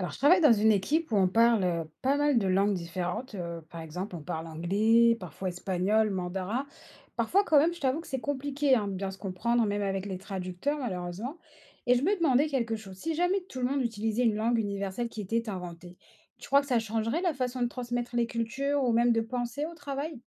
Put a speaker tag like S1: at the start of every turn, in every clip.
S1: Alors, je travaille dans une équipe où on parle pas mal de langues différentes. Par exemple, on parle anglais, parfois espagnol, mandarin. Parfois, quand même, je t'avoue que c'est compliqué hein, de bien se comprendre, même avec les traducteurs, malheureusement. Et je me demandais quelque chose. Si jamais tout le monde utilisait une langue universelle qui était inventée, tu crois que ça changerait la façon de transmettre les cultures ou même de penser au travail?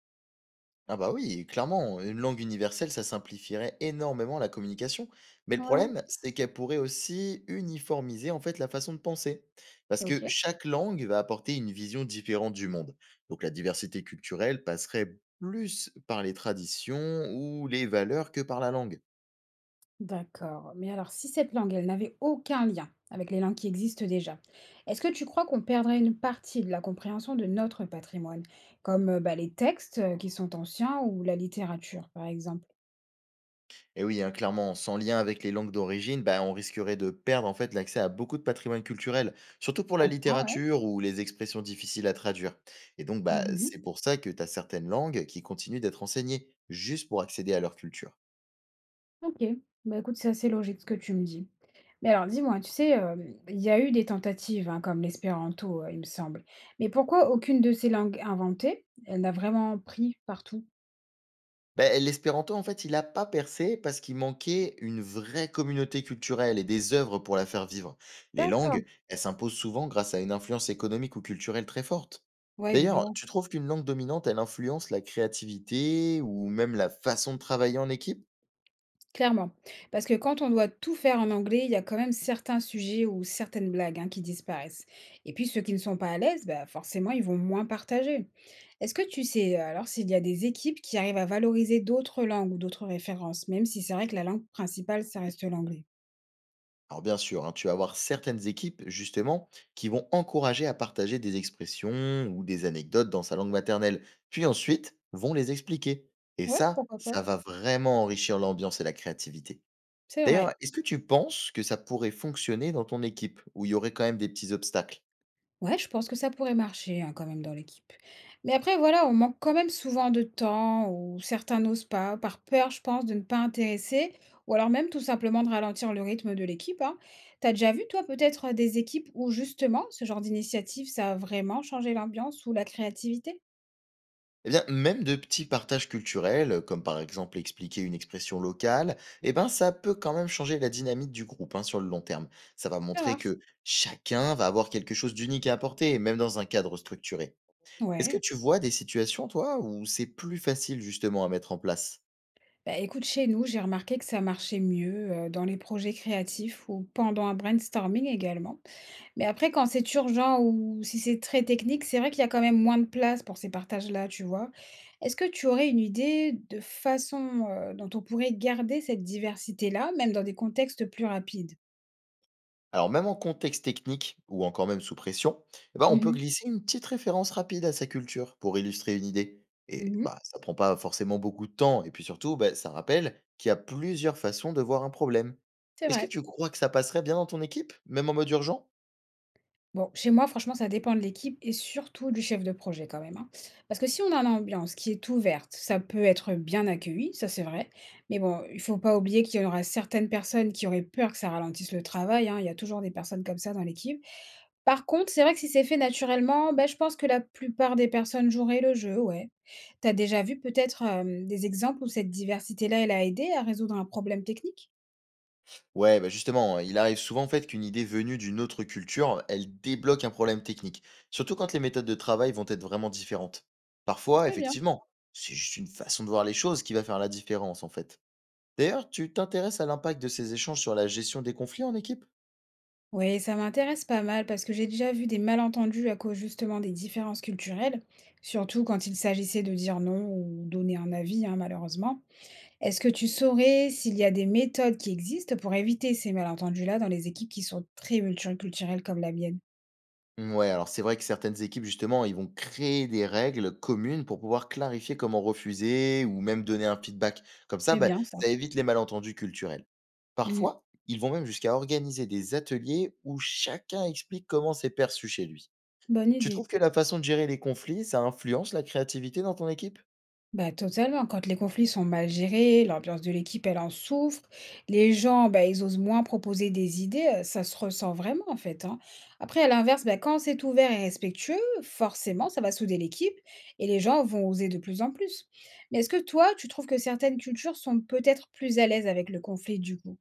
S2: Ah bah oui, clairement, une langue universelle, ça simplifierait énormément la communication. Mais le
S1: Ouais.
S2: problème, c'est qu'elle pourrait aussi uniformiser en fait la façon de penser. Parce
S1: Ok.
S2: que chaque langue va apporter une vision différente du monde. Donc la diversité culturelle passerait plus par les traditions ou les valeurs que par la langue.
S1: D'accord. Mais alors, si cette langue, elle n'avait aucun lien avec les langues qui existent déjà, est-ce que tu crois qu'on perdrait une partie de la compréhension de notre patrimoine, comme bah, les textes qui sont anciens ou la littérature, par exemple?
S2: Et oui, hein, clairement, sans lien avec les langues d'origine, bah, on risquerait de perdre en fait l'accès à beaucoup de patrimoine culturel, surtout
S1: Je
S2: pour la
S1: comprends, ouais.
S2: littérature ou les expressions difficiles à traduire. Et donc, bah, c'est
S1: Mhm.
S2: pour ça que tu as certaines langues qui continuent d'être enseignées, juste pour accéder à leur culture.
S1: Ok. Bah écoute, c'est assez logique ce que tu me dis. Mais alors, dis-moi, tu sais, il y a eu des tentatives, hein, comme l'espéranto, il me semble. Mais pourquoi aucune de ces langues inventées, elle n'a vraiment pris partout?
S2: Beh, l'espéranto, en fait, il a pas percé parce qu'il manquait une vraie communauté culturelle et des œuvres pour la faire vivre. Les
S1: D'accord.
S2: langues, elles s'imposent souvent grâce à une influence économique ou culturelle très forte.
S1: Ouais,
S2: D'ailleurs,
S1: évidemment.
S2: tu trouves qu'une langue dominante, elle influence la créativité ou même la façon de travailler en équipe?
S1: Clairement. Parce que quand on doit tout faire en anglais, il y a quand même certains sujets ou certaines blagues hein, qui disparaissent. Et puis ceux qui ne sont pas à l'aise, bah, forcément, ils vont moins partager. Est-ce que tu sais alors s'il y a des équipes qui arrivent à valoriser d'autres langues ou d'autres références, même si c'est vrai que la langue principale, ça reste l'anglais?
S2: Alors bien sûr, hein, tu vas avoir certaines équipes, justement, qui vont encourager à partager des expressions ou des anecdotes dans sa langue maternelle, puis ensuite vont les expliquer. Et
S1: Ouais,
S2: ça,
S1: pourquoi pas?
S2: ça va vraiment enrichir l'ambiance et la créativité.
S1: C'est vrai.
S2: D'ailleurs, est-ce que tu penses que ça pourrait fonctionner dans ton équipe, où il y aurait quand même des petits obstacles?
S1: Ouais, je pense que ça pourrait marcher, hein, quand même dans l'équipe. Mais après, voilà, on manque quand même souvent de temps ou certains n'osent pas, par peur, je pense, de ne pas intéresser, ou alors même tout simplement de ralentir le rythme de l'équipe, hein. T'as déjà vu, toi, peut-être des équipes où justement ce genre d'initiative, ça a vraiment changé l'ambiance ou la créativité?
S2: Eh bien, même de petits partages culturels, comme par exemple expliquer une expression locale, eh ben, ça peut quand même changer la dynamique du groupe, hein, sur le long terme. Ça va
S1: Ça
S2: montrer
S1: marche.
S2: que chacun va avoir quelque chose d'unique à apporter, même dans un cadre structuré. Est-ce que
S1: Ouais.
S2: tu vois des situations, toi, où c'est plus facile justement à mettre en place?
S1: Bah, écoute, chez nous, j'ai remarqué que ça marchait mieux dans les projets créatifs ou pendant un brainstorming également. Mais après, quand c'est urgent ou si c'est très technique, c'est vrai qu'il y a quand même moins de place pour ces partages-là, tu vois. Est-ce que tu aurais une idée de façon dont on pourrait garder cette diversité-là, même dans des contextes plus rapides?
S2: Alors même en contexte technique ou encore même sous pression, eh ben, on peut
S1: Mhm,
S2: glisser une petite référence rapide à sa culture pour illustrer une idée. Et
S1: mhm,
S2: bah, ça prend pas forcément beaucoup de temps. Et puis surtout, bah, ça rappelle qu'il y a plusieurs façons de voir un problème.
S1: c'est
S2: Est-ce que
S1: vrai.
S2: tu crois que ça passerait bien dans ton équipe, même en mode urgent?
S1: Bon, chez moi, franchement, ça dépend de l'équipe et surtout du chef de projet quand même, hein. Parce que si on a une ambiance qui est ouverte, ça peut être bien accueilli, ça c'est vrai. Mais bon, il faut pas oublier qu'il y aura certaines personnes qui auraient peur que ça ralentisse le travail, hein. Il y a toujours des personnes comme ça dans l'équipe. Par contre, c'est vrai que si c'est fait naturellement, ben, je pense que la plupart des personnes joueraient le jeu, ouais. T'as déjà vu peut-être, des exemples où cette diversité-là, elle a aidé à résoudre un problème technique?
S2: Ouais, bah justement, hein, il arrive souvent en fait qu'une idée venue d'une autre culture, elle débloque un problème technique. Surtout quand les méthodes de travail vont être vraiment différentes. Parfois,
S1: Très bien.
S2: effectivement, c'est juste une façon de voir les choses qui va faire la différence en fait. D'ailleurs, tu t'intéresses à l'impact de ces échanges sur la gestion des conflits en équipe?
S1: Oui, ça m'intéresse pas mal parce que j'ai déjà vu des malentendus à cause justement des différences culturelles, surtout quand il s'agissait de dire non ou donner un avis, hein, malheureusement. Est-ce que tu saurais s'il y a des méthodes qui existent pour éviter ces malentendus-là dans les équipes qui sont très multiculturelles comme la mienne?
S2: Ouais, alors c'est vrai que certaines équipes, justement, ils vont créer des règles communes pour pouvoir clarifier comment refuser ou même donner un feedback. Comme ça,
S1: C'est
S2: bah,
S1: bien ça.
S2: ça évite les malentendus culturels.
S1: Mm.
S2: Parfois, ils vont même jusqu'à organiser des ateliers où chacun explique comment c'est perçu chez lui.
S1: Bonne
S2: Tu trouves
S1: idée.
S2: que la façon de gérer les conflits, ça influence la créativité dans ton équipe?
S1: Bah, totalement. Quand les conflits sont mal gérés, l'ambiance de l'équipe, elle en souffre. Les gens, bah, ils osent moins proposer des idées. Ça se ressent vraiment, en fait, hein. Après, à l'inverse, bah, quand c'est ouvert et respectueux, forcément, ça va souder l'équipe et les gens vont oser de plus en plus. Mais est-ce que toi, tu trouves que certaines cultures sont peut-être plus à l'aise avec le conflit du coup?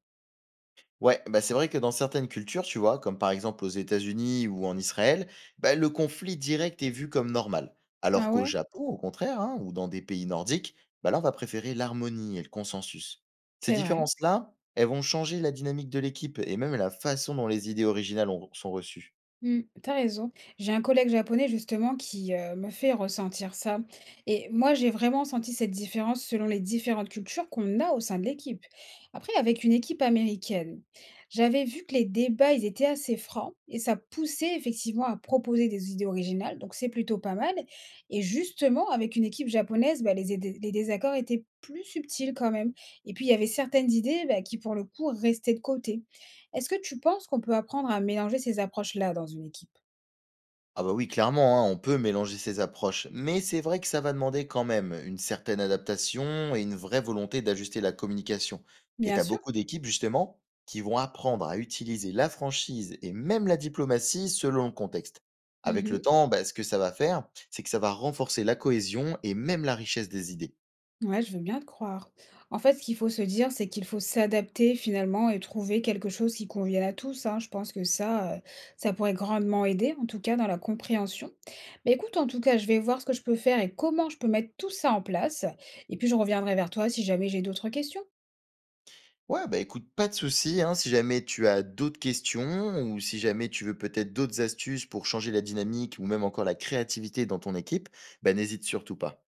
S2: Ouais, bah c'est vrai que dans certaines cultures, tu vois, comme par exemple aux États-Unis ou en Israël, bah le conflit direct est vu comme normal. Alors
S1: Ah
S2: qu'au
S1: ouais,
S2: Japon, au contraire, hein, ou dans des pays nordiques, bah là, on va préférer l'harmonie et le consensus. Ces
S1: c'est vrai.
S2: différences-là, elles vont changer la dynamique de l'équipe et même la façon dont les idées originales sont reçues.
S1: Mmh, tu raison. J'ai un collègue japonais justement qui, me fait ressentir ça et moi, j'ai vraiment senti cette différence selon les différentes cultures qu'on a au sein de l'équipe. Après, avec une équipe américaine, j'avais vu que les débats, ils étaient assez francs et ça poussait effectivement à proposer des idées originales, donc c'est plutôt pas mal et justement avec une équipe japonaise, bah, les désaccords étaient plus subtils quand même et puis il y avait certaines idées, bah, qui pour le coup restaient de côté. Est-ce que tu penses qu'on peut apprendre à mélanger ces approches-là dans une équipe?
S2: Ah bah oui, clairement, hein, on peut mélanger ces approches, mais c'est vrai que ça va demander quand même une certaine adaptation et une vraie volonté d'ajuster la communication. Et
S1: Bien
S2: t'as
S1: sûr.
S2: beaucoup d'équipes justement qui vont apprendre à utiliser la franchise et même la diplomatie selon le contexte. Avec le
S1: Mhm.
S2: temps, bah, ce que ça va faire, c'est que ça va renforcer la cohésion et même la richesse des idées.
S1: Ouais, je veux bien te croire. En fait, ce qu'il faut se dire, c'est qu'il faut s'adapter finalement et trouver quelque chose qui convienne à tous, hein. Je pense que ça, ça pourrait grandement aider, en tout cas dans la compréhension. Mais écoute, en tout cas, je vais voir ce que je peux faire et comment je peux mettre tout ça en place. Et puis, je reviendrai vers toi si jamais j'ai d'autres questions.
S2: Ouais, bah écoute, pas de souci, hein, si jamais tu as d'autres questions ou si jamais tu veux peut-être d'autres astuces pour changer la dynamique ou même encore la créativité dans ton équipe, bah n'hésite surtout pas.